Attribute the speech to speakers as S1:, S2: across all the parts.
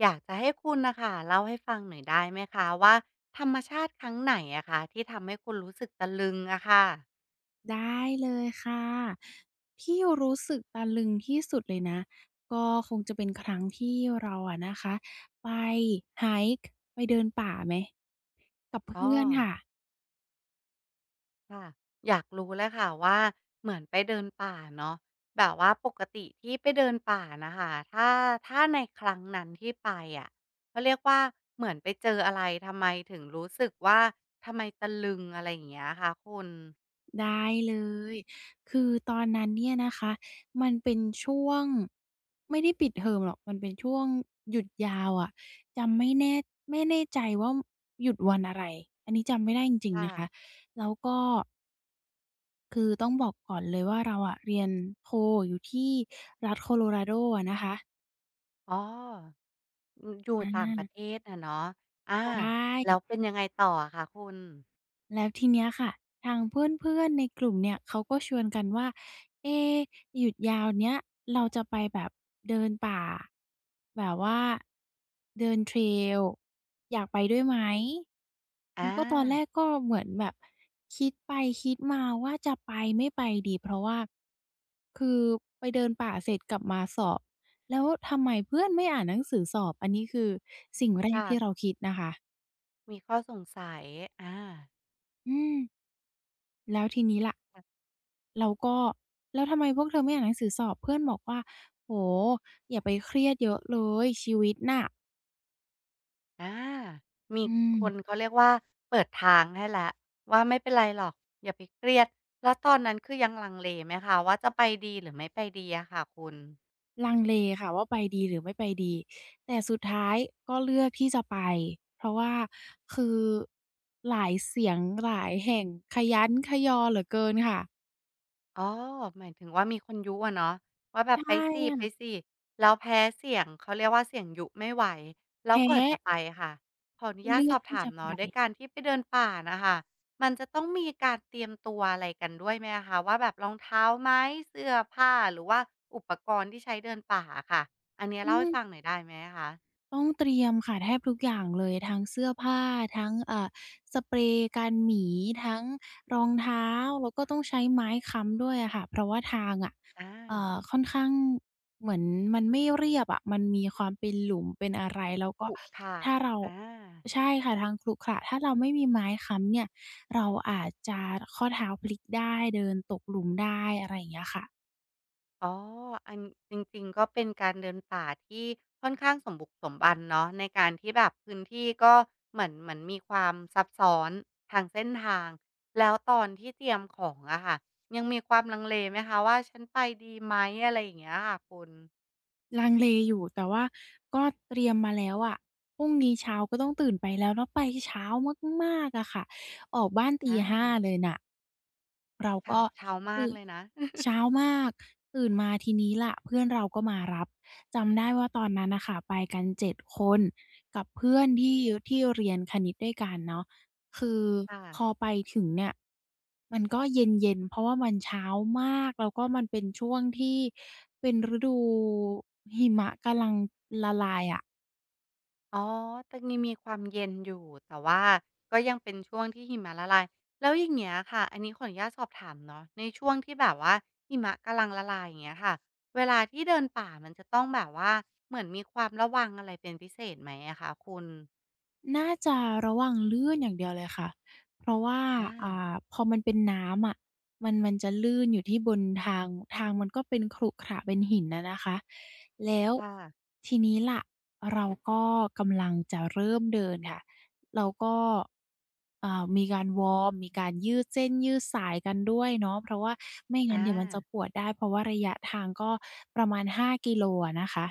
S1: อยากจะให้คุณนะคะเล่าให้ฟังหน่อยได้ไหมคะว่าธรรมชาติครั้งไหนอะคะที่ทำให้คุณรู้สึกตะลึงอะค่ะ
S2: ได้เลยค่ะที่รู้สึกตะลึงที่สุดเลยนะก็คงจะเป็นครั้งที่เราอะนะคะไป hike ไปเดินป่าไหมกับ
S1: อ้อ
S2: เพื่อนค่ะ
S1: ค่ะอยากรู้เลยค่ะว่าเหมือนไปเดินป่าเนาะแบบว่าปกติที่ไปเดินป่าน่ะค่ะถ้าในครั้งนั้นที่ไปอะเขาเรียกว่าเหมือนไปเจออะไรทำไมถึงรู้สึกว่าทำไมตะลึงอะไรอย่างเงี้ยคะคุณ
S2: ได้เลยคือตอนนั้นเนี่ยนะคะมันเป็นช่วงไม่ได้ปิดเทอมหรอกมันเป็นช่วงหยุดยาวอะจำไม่แน่ไม่แน่ใจว่าหยุดวันอะไรอันนี้จำไม่ได้จริงๆ
S1: ค่ะ
S2: นะคะแล้วก็ คือต้องบอกก่อนเลยว่าเราอะเรียนโทอยู่ที่รัฐโคโลราโดอะนะคะ
S1: อ๋ออืออยู่
S2: อา
S1: ต่างประเท
S2: ่
S1: ศอะเนาะอา
S2: ะใช
S1: แล้ว
S2: ่
S1: เป็นยังไงต่ออะคะคุณ
S2: แล้วทีเนี้ยค่ะทางเพื่อนๆในกลุ่มเนี่ยเขาก็ชวนกันว่าเอ๊หยุดยาวเนี้ยเราจะไปแบบเดินป่าแบบว่าเดิน trail อยากไปด้วยไหม อืม
S1: อ่า
S2: ก็ตอนแรกก็เหมือนแบบคิดไปคิดมาว่าจะไปไม่ไปดีเพราะว่าคือไปเดินป่าเสร็จกลับมาสอบแล้วทำไมเพื่อนไม่อ่านหนังสือสอบอันนี้คือสิ่งแรกที่เรา
S1: ค่ะ
S2: คิดนะคะ
S1: มีข้อสงสัย อ่า
S2: อืมแล้วทีนี้ล่ะเราก็แล้วทำไมพวกเธอไม่อ่านหนังสือสอบเพื่อนบอกว่าโอ้โฮอย่าไปเครียดเยอะเลยชีวิตน่ะ
S1: อ่า มี
S2: อื
S1: คน
S2: ม
S1: เขาเรียกว่าเปิดทางให้แล้วว่าไม่เป็นไรหรอก อย่าไปเครียด แล้วตอนนั้นคือยังลังเลไหมคะว่าจะไปดีหรือไม่ไปดีอะค่ะคุณ
S2: ลังเลค่ะว่าไปดีหรือไม่ไปดีแต่สุดท้ายก็เลือกที่จะไปเพราะว่าคือหลายเสียงหลายแห่งคะยั้นคะยอเหลือเกินค่ะ
S1: อ๋อหมายถึงว่ามีคนยุอะเนาะว่าแบบ
S2: ใช่
S1: ไปสิไป
S2: ค่ะ
S1: สิแล้วแพ้เสียงเขาเรียกว่าเสียงยุไม่ไหวแล้ว
S2: แพ้
S1: ก่อนจะไปค่ะขออนุญาต
S2: เลือ
S1: ส
S2: ก
S1: อบ
S2: ที่
S1: ถาม
S2: จะไป
S1: เนาะด้วยการที่ไปเดินป่าน่ะค่ะมันจะต้องมีการเตรียมตัวอะไรกันด้วยไหมอะคะว่าแบบรองเท้าไหมเสื้อผ้าหรือว่าอุปกรณ์ที่ใช้เดินป่าอะค่ะอันเนี้ย
S2: อื
S1: เล่าให้
S2: ม
S1: ฟังหน่อยได้ไหมอะคะ
S2: ต้องเตรียมค่ะแทบทุกอย่างเลยทั้งเสื้อผ้าทั้งสเปรย์กันหมีทั้งรองเท้าแล้วก็ต้องใช้ไม้ค้ำด้วยอะค่ะเพราะว่าทางอะ
S1: อา
S2: ค่อนข้างเหมือนมันไม่เรียบอะมันมีความเป็นหลุมเป็นอะไรแล้วก็
S1: ขุขะ
S2: ถ้าเรา
S1: อา
S2: ใช่ค่ะทางขรุขระถ้าเราไม่มีไม้ค้ำเนี่ยเราอาจจะข้อเท้าพลิกได้เดินตกหลุมได้อะไรอย่างเงี้ยค่ะ
S1: อ๋อ อันจริงๆก็เป็นการเดินป่าที่ค่อนข้างสมบุกสมบันเนาะในการที่แบบพื้นที่ก็เหมือนมีความซับซ้อนทางเส้นทางแล้วตอนที่เตรียมของอะค่ะยังมีความลังเลไหมคะว่าฉันไปดีไหมอะไรอย่างเงี้ยค่ะคุณ
S2: ลังเลอยู่แต่ว่าก็เตรียมมาแล้วอะพรุ่งนี้เช้าก็ต้องตื่นไปแล้วแล้วไปเช้ามากๆอะค่ะออกบ้านตี
S1: อา
S2: ห้าเลยน่ะเรา
S1: ค่ะ
S2: ก็
S1: เช้า
S2: คื
S1: มา
S2: อ
S1: กเลยนะ
S2: เช้ามากตื่นมาทีนี้ล่ะเพื่อนเราก็มารับจำได้ว่าตอนนั้นน่ะค่ะไปกันเจ็ดคนกับเพื่อนที่เรียนคณิตด้วยกันเนาะ คือพอ
S1: ค่ะ
S2: ไปถึงเนี่ยมันก็เย็นๆเพราะว่ามันเช้ามากแล้วก็มันเป็นช่วงที่เป็นฤดูหิมะกำลัง
S1: อ๋อ ตรงนี้มีความเย็นอยู่แต่ว่าก็ยังเป็นช่วงที่หิมะละลายแล้วอย่างเงี้ยค่ะ อันนี้ขออนุญาตสอบถามเนาะในช่วงที่แบบว่าหิมะกำลังละลายอย่างเงี้ยค่ะเวลาที่เดินป่ามันจะต้องแบบว่าเหมือนมีความระวังอะไรเป็นพิเศษไหมอะคะคุณ
S2: น่าจะระวังลื่นอย่างเดียวเลยค่ะ เพราะว่า
S1: อา
S2: อ่าพอมันเป็นน้ำอะมันจะลื่นอยู่ที่บนทาง ทางมันก็เป็นขรุขระเป็นหินอะนะคะแล้ว
S1: ค่ะ
S2: ทีนี้ล่ะ เราก็กำลังจะเริ่มเดินค่ะเราก็อ่ามีการวอร์มมีการยืดเส้นยืดสายกันด้วยเนาะเพราะว่าไม่งั้นเดี๋ยวมันจะ
S1: อา
S2: ปวดได้ เพราะว่าระยะทางก็ประมาณ5กิโลอะนะคะ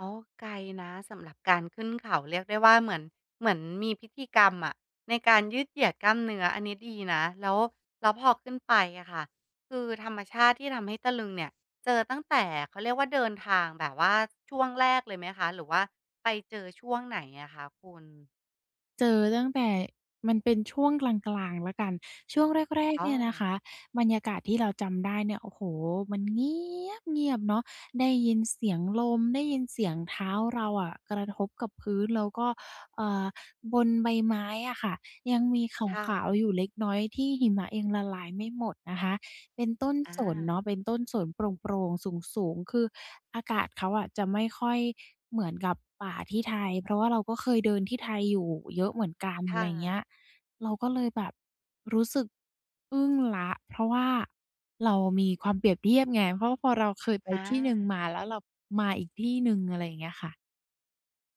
S1: อ๋อไกลนะสำหรับการขึ้นเขาเรียกได้ว่าเหมือนมีพิธีกรรมอะในการยืดเหยียดกล้ามเนื้ออันนี้ดีนะแล้วพอขึ้นไปอะค่ะคือธรรมชาติที่ทำให้ตะลึงเนี่ยเจอตั้งแต่เขาเรียกว่าเดินทางแบบว่าช่วงแรกเลยไหมคะหรือว่าไปเจอช่วงไหนอะคะคุณ
S2: เจอตั้งแต่มันเป็นช่วงกลางๆแล้วกันช่วงแรกๆ
S1: อ๋อ
S2: เนี่ยนะคะบรรยากาศที่เราจำได้เนี่ยโอ้โฮมันเงียบๆเนาะได้ยินเสียงลมได้ยินเสียงเท้าเราอะกระทบกับพื้นแล้วก็เอ่อบนใบไม้อะค่ะยังมีข
S1: ค่ะ
S2: าวๆอยู่เล็กน้อยที่หิมะยังละลายไม่หมดนะคะ เป็นต้นสน
S1: อา
S2: เนาะเป็นต้นสนโปร่งๆสูงๆคืออากาศเขาอะจะไม่ค่อยเหมือนกับป่าที่ไทยเพราะว่าเราก็เคยเดินที่ไทยอยู่เยอะเหมือนกันอะ
S1: ค่ะ
S2: ไรเงี้ยเราก็เลยแบบรู้สึกอึ้งแล้วเพราะว่าเรามีความเปรียบเทียบไงเพราะว่าพอเราเคยไป
S1: อ
S2: ที่หนึ่งมา
S1: า
S2: แล้วเรามาอีกที่หนึ่งอะไรอย่างเงี้ยค่ะ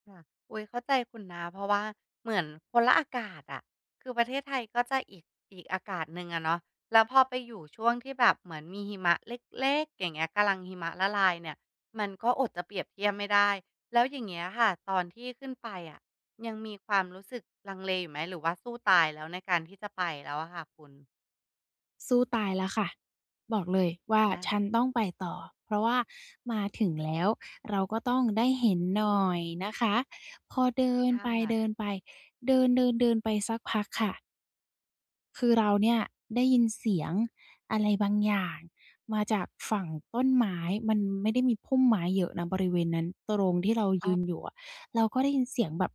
S1: ค่ะอุ๊ยเข้าใจคุณนะเพราะว่าเหมือนคนละอากาศอะคือประเทศไทยก็จะอีกอากาศหนึ่งอะเนาะแล้วพอไปอยู่ช่วงที่แบบเหมือนมีหิมะเล็กๆอย่างเงี้ยกำลังหิมะละลายเนี่ยมันก็อดจะเปรียบเทียบไม่ได้แล้วอย่างเงี้ยค่ะตอนที่ขึ้นไปอะยังมีความรู้สึกลังเลอยู่ไหมหรือว่าสู้ตายแล้วในการที่จะไปแล้วอะค่ะคุณ
S2: สู้ตายแล้วค่ะบอกเลยว่า
S1: อา
S2: ฉันต้องไปต่อเพราะว่ามาถึงแล้วเราก็ต้องได้เห็นหน่อยนะคะพอเดินไป
S1: ค่ะ
S2: เดินไปเดินเดินเดินไปสักพักค่ะคือเราเนี่ยได้ยินเสียงอะไรบางอย่างมาจากฝั่งต้นไม้มันไม่ได้มีพุ่มไม้เยอะนะบริเวณนั้นตรงที่เรา
S1: อ๋
S2: ยืน
S1: อ
S2: อยู่อะเราก็ได้ยินเสียงแบบ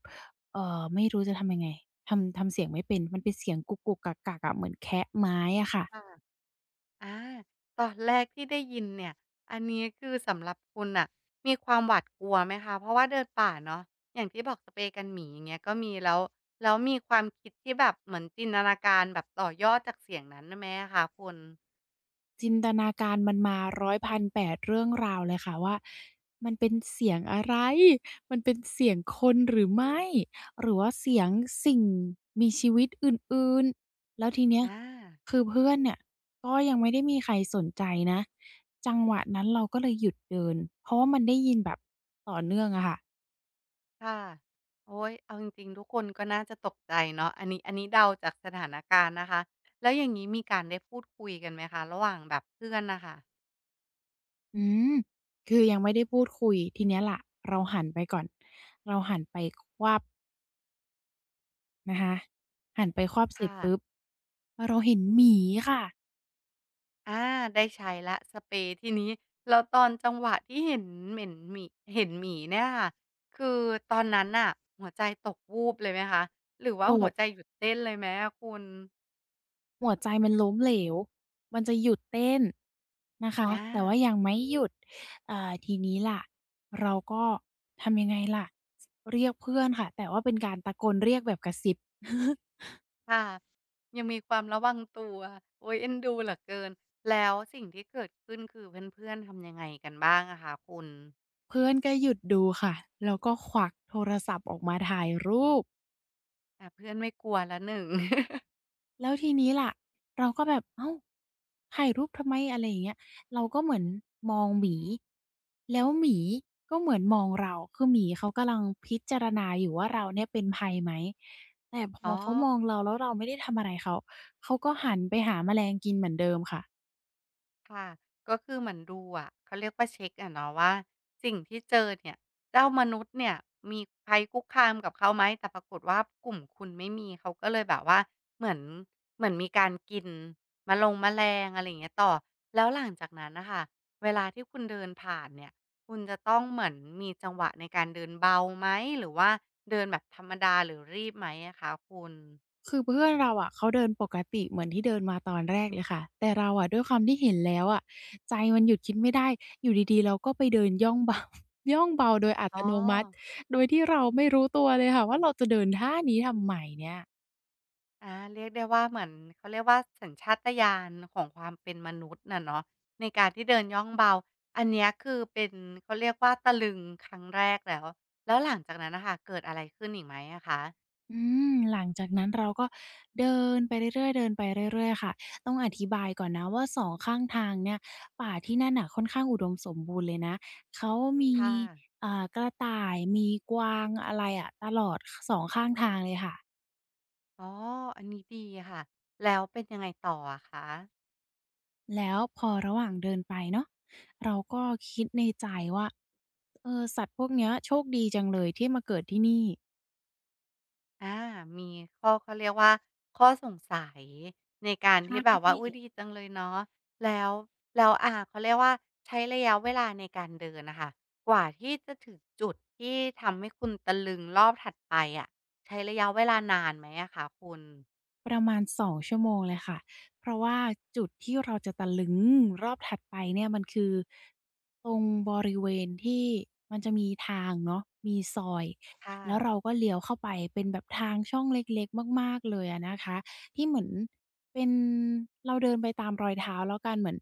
S2: ไม่รู้จะทำยังไงทำเสียงไม่เป็นมันเป็นเสียงกุกๆกักๆอะเหมือนแคะไม้อะค่ะ
S1: ค่ะ อาตอนแรกที่ได้ยินเนี่ยอันนี้คือสำหรับคุณน่ะมีความหวาดกลัวไหมคะเพราะว่าเดินป่าเนาะอย่างที่บอกสเปรย์กันหมีอย่างเงี้ยก็มีแล้วแล้วมีความคิดที่แบบเหมือนจินตนาการแบบต่อยอดจากเสียงนั้นไหมอะคะคุณ
S2: จินตนาการมันมาร้อยพันแปดเรื่องราวเลยค่ะว่ามันเป็นเสียงอะไรมันเป็นเสียงคนหรือไม่หรือว่าเสียงสิ่งมีชีวิตอื่นๆแล้วทีเนี้ย
S1: อา
S2: คือเพื่อนเนี่ยก็ยังไม่ได้มีใครสนใจนะจังหวะนั้นเราก็เลยหยุดเดินเพราะว่ามันได้ยินแบบต่อเนื่องอะค่ะ
S1: ค่ะโอ๊ยเอาจริงๆทุกคนก็น่าจะตกใจเนาะอันนี้เดาจากสถานการณ์นะคะแล้วอย่างงี้มีการได้พูดคุยกันไหมคะระหว่างแบบเพื่อนน่ะค่ะ
S2: อืมคือยังไม่ได้พูดคุยทีเนี้ยล่ะเราหันไปก่อนเราหันไปควับ นะคะหันไปครอบเสร็จ
S1: ค่ะ
S2: ปุ๊บเราเห็นหมีค่ะ
S1: อาได้ใช้แล้วสเปรย์ทีนี้แล้วตอนจังหวะที่เห็นเหม็นหมีเห็นหมีเนี่ยค่ะคือตอนนั้นน่ะหัวใจตกวูบเลยไหมคะหรือ
S2: โด
S1: ว่าหัว
S2: ก
S1: ใจหยุดเต้นเลยไหมอะคุณ
S2: หัวใจมันล้มเหลวมันจะหยุดเต้นนะคะ
S1: อา
S2: แต่ว่ายังไม่หยุดทีนี้ล่ะเราก็ทำยังไงล่ะเรียกเพื่อนค่ะแต่ว่าเป็นการตะโกนเรียกแบบกระซิบ
S1: ค่ะยังมีความระวังตัวโอ๊ยเอ็นดูเหลือเกินแล้วสิ่งที่เกิดขึ้นคือเพื่อนๆทำยังไงกันบ้างอะคะคุณ
S2: เพื่อนก็หยุดดูค่ะแล้วก็ควักโทรศัพท์ออกมาถ่ายรูป
S1: อ่าเพื่อนไม่กลัวแล้วหนึ่ง
S2: แล้วทีนี้ล่ะเราก็แบบอ้าวถ่ายรูปทำไมอะไรอย่างเงี้ยเราก็เหมือนมองหมีแล้วหมีก็เหมือนมองเราคือหมีเขากำลังพิจารณาอยู่ว่าเราเนี่ยเป็นภัยไหมแต่พอ
S1: อ๋อ
S2: เขามองเราแล้วเราไม่ได้ทำอะไรเขาเขาก็หันไปหาแมลงกินเหมือนเดิมค่ะ
S1: ค่ะก็คือเหมือนดูอะเขาเรียกว่าเช็กอะเนาะว่าสิ่งที่เจอเนี่ยเจ้ามนุษย์เนี่ยมีภัยคุกคามกับเขาไหมแต่ปรากฏว่ากลุ่มคุณไม่มีเขาก็เลยแบบว่าเหมือนมีการกินแมลงอะไรอย่างเงี้ยต่อแล้วหลังจากนั้นน่ะค่ะเวลาที่คุณเดินผ่านเนี่ยคุณจะต้องเหมือนมีจังหวะในการเดินเบาไหมหรือว่าเดินแบบธรรมดาหรือรีบไหมอะคะคุณ
S2: คือเพื่อนเราอะเขาเดินปกติเหมือนที่เดินมาตอนแรกเลยค่ะแต่เราอะด้วยความที่เห็นแล้วอะใจมันหยุดคิดไม่ได้อยู่ดีๆเราก็ไปเดินย่องเบา ย่องเบาโดยอัต
S1: อ๋อ
S2: โนมัติโดยที่เราไม่รู้ตัวเลยค่ะว่าเราจะเดินท่านี้ทำไมเนี่ย
S1: อาเรียกได้ว่าเหมือนเขาเรียกว่าสัญชาตญาณของความเป็นมนุษย์น่ะเนาะในการที่เดินย่องเบาอันเนี้ยคือเป็นเขาเรียกว่าตะลึงครั้งแรกแล้วแล้วหลังจากนั้นน่ะค่ะเกิดอะไรขึ้นอีกไหมอะคะ
S2: อืหลังจากนั้นเราก็เดินไปเรื่อยๆเดินไปเรื่อยๆค่ะต้องอธิบายก่อนนะว่า2ข้างทางเนี่ยป่าที่นั่นน่ะค่อนข้างอุดมสมบูรณ์เลยนะเขามี
S1: ค่ะ
S2: กระต่ายมีกวางอะไรอะตลอดขสองข้างทางเลยค่ะ
S1: อ๋ออันนี้ดีค่ะแล้วเป็นยังไงต่ออะคะ
S2: แล้วพอระหว่างเดินไปเนาะเราก็คิดในใจว่าเออสัตว์พวกเนี้ยโชคดีจังเลยที่มาเกิดที่นี่
S1: อามีข้อเขาเรียกว่าข้อสงสัยในการ
S2: ใช่
S1: ที่แบบว่าอุ๊ยดีจังเลยเนาะแล้วแล้วเขาเรียกว่าใช้ระยะเวลาในการเดินนะคะกว่าที่จะถึงจุดที่ทำให้คุณตะลึงรอบถัดไปอะใช้ระยะเวลานานไหมอะคะคุณ
S2: ประมาณ2ชั่วโมงเลยค่ะ เพราะว่าจุดที่เราจะตะลึงรอบถัดไปเนี่ยมันคือตรงบริเวณที่มันจะมีทางเนาะมีซอย
S1: ค่ะ
S2: แล้วเราก็เลี้ยวเข้าไปเป็นแบบทางช่องเล็กๆมากๆเลยอะนะคะที่เหมือนเป็นเราเดินไปตามรอยเท้าแล้วกันเหมือน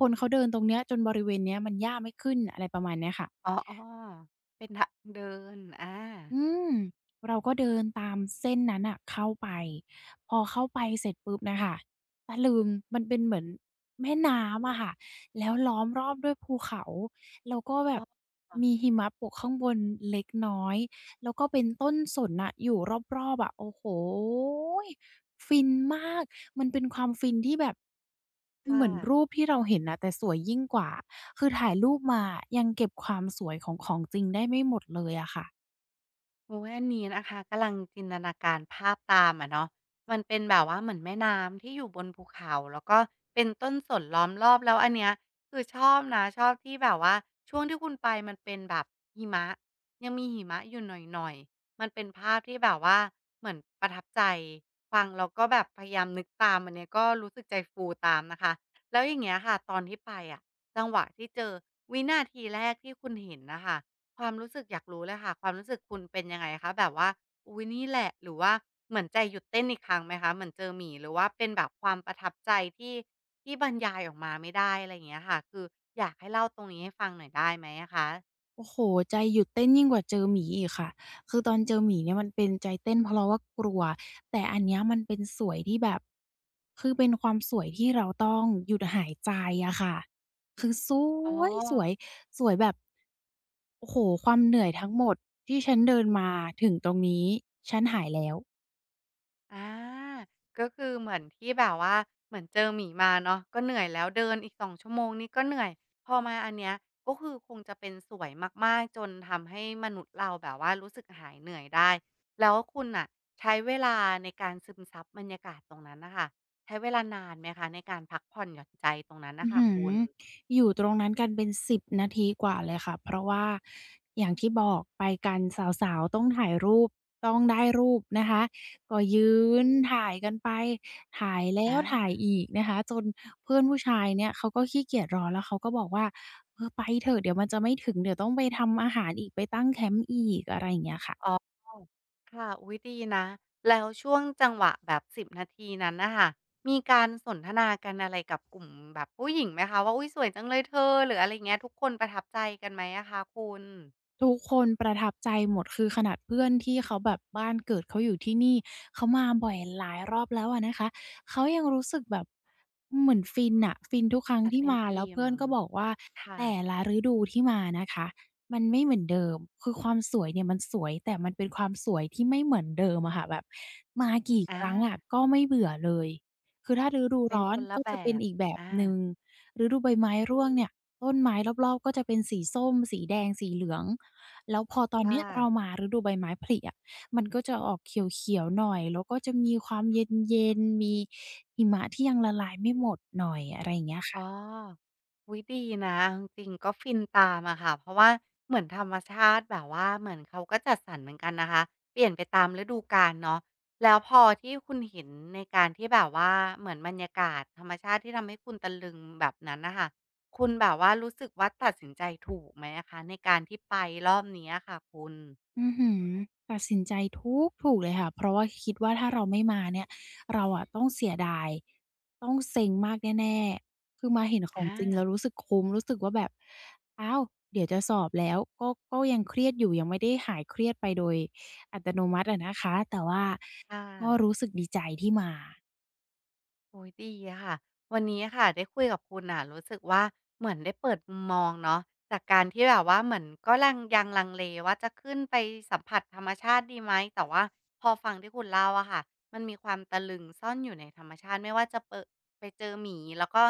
S2: คนเขาเดินตรงเนี้ยจนบริเวณเนี้ยมันหญ้าไม่ขึ้นอะไรประมาณเนี้ยค่ะ
S1: อ๋อๆเป็นทางเดินอา
S2: อืมเราก็เดินตามเส้นนั้นน่ะเข้าไปพอเข้าไปเสร็จปุ๊บน่ะค่ะตะลึงมันเป็นเหมือนแม่น้ำอะค่ะแล้วล้อมรอบด้วยภูเขาแล้วก็แบ
S1: ก็
S2: บมีหิมะปกข้างบนเล็กน้อยแล้วก็เป็นต้นสนน่ะอยู่รอบๆอะโอ้โฮฟินมากมันเป็นความฟินที่แบบคือ
S1: ค่ะ
S2: เหมือนรูปที่เราเห็นน่ะแต่สวยยิ่งกว่าคือถ่ายรูปมายังเก็บความสวยของของจริงได้ไม่หมดเลยอะค่ะ
S1: โอ้ยอันนี้นะคะกำลังจินตนาการภาพตามอะเนาะมันเป็นแบบว่าเหมือนแม่น้ำที่อยู่บนภูเขาแล้วก็เป็นต้นสนล้อมรอบแล้วอันเนี้ยคือชอบนะชอบที่แบบว่าช่วงที่คุณไปมันเป็นแบบหิมะยังมีหิมะอยู่หน่อยๆมันเป็นภาพที่แบบว่าเหมือนประทับใจฟังแล้วก็แบบพยายามนึกตามอันเนี้ยก็รู้สึกใจฟูตามนะคะแล้วอย่างเงี้ยค่ะตอนที่ไปอะจังหวะที่เจอวินาทีแรกที่คุณเห็นนะคะ ความรู้สึกอยากรู้เลยค่ะความรู้สึกคุณเป็นยังไงคะแบบว่าอุ๊ยนี่แหละหรือว่าเหมือนใจหยุดเต้นอีกครั้งไหมคะเหมือนเจอหมีหรือว่าเป็นแบบความประทับใจที่ที่บรรยายออกมาไม่ได้อะไรอย่างเงี้ยค่ะคืออยากให้เล่าตรงนี้ให้ฟังหน่อยได้ไหมอะคะ
S2: โอ้โฮใจหยุดเต้นยิ่งกว่าเจอหมีอีกค่ะคือตอนเจอหมีเนี่ยมันเป็นใจเต้นเพราะเราว่ากลัวแต่อันเนี้ยมันเป็นสวยที่แบบคือเป็นความสวยที่เราต้องหยุดหายใจอะค่ะคือส
S1: อ๋อ
S2: วยสวยสวยแบบโอ้โฮความเหนื่อยทั้งหมดที่ฉันเดินมาถึงตรงนี้ฉันหายแล้ว
S1: อาก็คือเหมือนที่แบบว่าเหมือนเจอหมีมาเนาะก็เหนื่อยแล้วเดินอีก2ชั่วโมงนี่ก็เหนื่อย พอมาอันเนี้ยก็คือคงจะเป็นสวยมากๆจนทำให้มนุษย์เราแบบว่ารู้สึกหายเหนื่อยได้ แล้วคุณน่ะใช้เวลาในการซึมซับบรรยากาศตรงนั้นน่ะค่ะใช้เวลานานไหมคะในการพักผ่อนหย่อนใจตรงนั้นน่ะ
S2: อื้อ
S1: ค่ะ
S2: หื
S1: คุ
S2: อ
S1: ณ
S2: อยู่ตรงนั้นกันเป็น10นาทีกว่าเลยค่ะเพราะว่าอย่างที่บอกไปกันสาวๆต้องถ่ายรูปต้องได้รูปนะคะก็ยืนถ่ายกันไปถ่ายแล้ว
S1: อา
S2: ถ่ายอีกนะคะจนเพื่อนผู้ชายเนี่ยเขาก็ขี้เกียจรอแล้วเขาก็บอกว่าเออไปเถอะเดี๋ยวมันจะไม่ถึงเดี๋ยวต้องไปทำอาหารอีกไปตั้งแคมป์อีกอะไรอย่างเงี้ยค่ะ
S1: อ๋อ ค่ะ อุ๊ย ดีนะ แล้วช่วงจังหวะแบบ10นาทีนั้นน่ะค่ะมีการสนทนากันอะไรกับกลุ่มแบบผู้หญิงไหมคะว่าอุ๊ยสวยจังเลยเธอหรืออะไรอย่างเงี้ยทุกคนประทับใจกันไหมอะคะคุณ
S2: ทุกคนประทับใจหมดคือขนาดเพื่อนที่เขาแบบบ้านเกิดเขาอยู่ที่นี่เขามาบ่อยหลายรอบแล้วอะนะคะเขายังรู้สึกแบบเหมือนฟินน่ะฟินทุกครั้ง
S1: อา
S2: ที่
S1: เต็ม
S2: มาแล้ว
S1: อิ่ม
S2: เพื่อนก็บอกว่า
S1: ค่ะ
S2: แต่ละฤดูที่มานะคะมันไม่เหมือนเดิมคือความสวยเนี่ยมันสวยแต่มันเป็นความสวยที่ไม่เหมือนเดิมอะค่ะแบบมากี่ครั้งอะ
S1: อา
S2: ก็ไม่เบื่อเลยคือถ้าฤดู
S1: เป็น
S2: ร้อ
S1: ค
S2: น
S1: นละ
S2: ก็
S1: แบ
S2: จะเป็น
S1: บ
S2: อีกแบบ
S1: อา
S2: หนึ่งฤดูใบไม้ร่วงเนี่ยต้นไม้รอบๆก็จะเป็นสีส้มสีแดงสีเหลือง แล้วพอตอน
S1: ค่ะ
S2: เนี้ยเรามาฤดูใบไม้ผลิอะมันก็จะออกเขียวๆหน่อยแล้วก็จะมีความเย็นๆมีหิมะที่ยังละลายไม่หมดหน่อยอะไรอย่างเงี้ย
S1: อ๋อ
S2: ค่ะ
S1: อุ๊ยดีนะเอาจริงๆก็ฟินตามอะค่ะเพราะว่าเหมือนธรรมชาติแบบว่าเหมือนเขาก็จัดสรรเหมือนกันนะคะเปลี่ยนไปตามฤดูกาลเนาะแล้วพอที่คุณเห็นในการที่แบบว่าเหมือนบรรยากาศธรรมชาติที่ทำให้คุณตะลึงแบบนั้นน่ะค่ะคุณแบบว่ารู้สึกว่าตัดสินใจถูกไหมอะคะในการที่ไปรอบนี้อะค่ะคุณ
S2: อืมอฮือตัดสินใจทุกถูกเลยค่ะเพราะว่าคิดว่าถ้าเราไม่มาเนี่ยเราอะต้องเสียดายต้องเซ็งมากแน่ๆคือมาเห็นของจริงแล้
S1: อา
S2: วรู้สึกคุ้มรู้สึกว่าแบบอ้าวเดี๋ยวจะสอบแล้วก็ก็ยังเครียดอยู่ยังไม่ได้หายเครียดไปโดยอัตโนมัติอะนะคะแต่ว่า
S1: ค่
S2: ก็
S1: ะ
S2: รู้สึกดีใจที่มา
S1: โอ้ยดีอะค่ะวันนี้ค่ะได้คุยกับคุณอ่ะรู้สึกว่าเหมือนได้เปิดมุมมองเนาะจากการที่แบบว่าเหมือนก็ลังยังลังเลว่าจะขึ้นไปสัมผัสธรรมชาติดีไหมแต่ว่าพอฟังที่คุณเล่าอะค่ะมันมีความตะลึงซ่อนอยู่ในธรรมชาติไม่ว่าจะเปะไปเจอหมีแล้วก็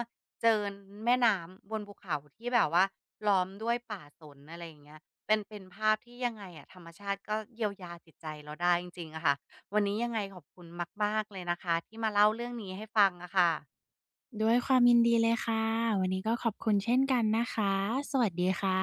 S1: เจอแม่น้ำบนภูเขาที่แบบว่าล้อมด้วยป่าสนอะไรอย่างเงี้ยเป็นภาพที่ยังไงอะธรรมชาติก็เยียวยาจิตใจเราได้จริงๆอะค่ะ วันนี้ยังไงขอบคุณมากๆเลยนะคะที่มาเล่าเรื่องนี้ให้ฟังอะค่ะ
S2: ด้วยความยินดีเลยค่ะวันนี้ก็ขอบคุณเช่นกันนะคะสวัสดีค่ะ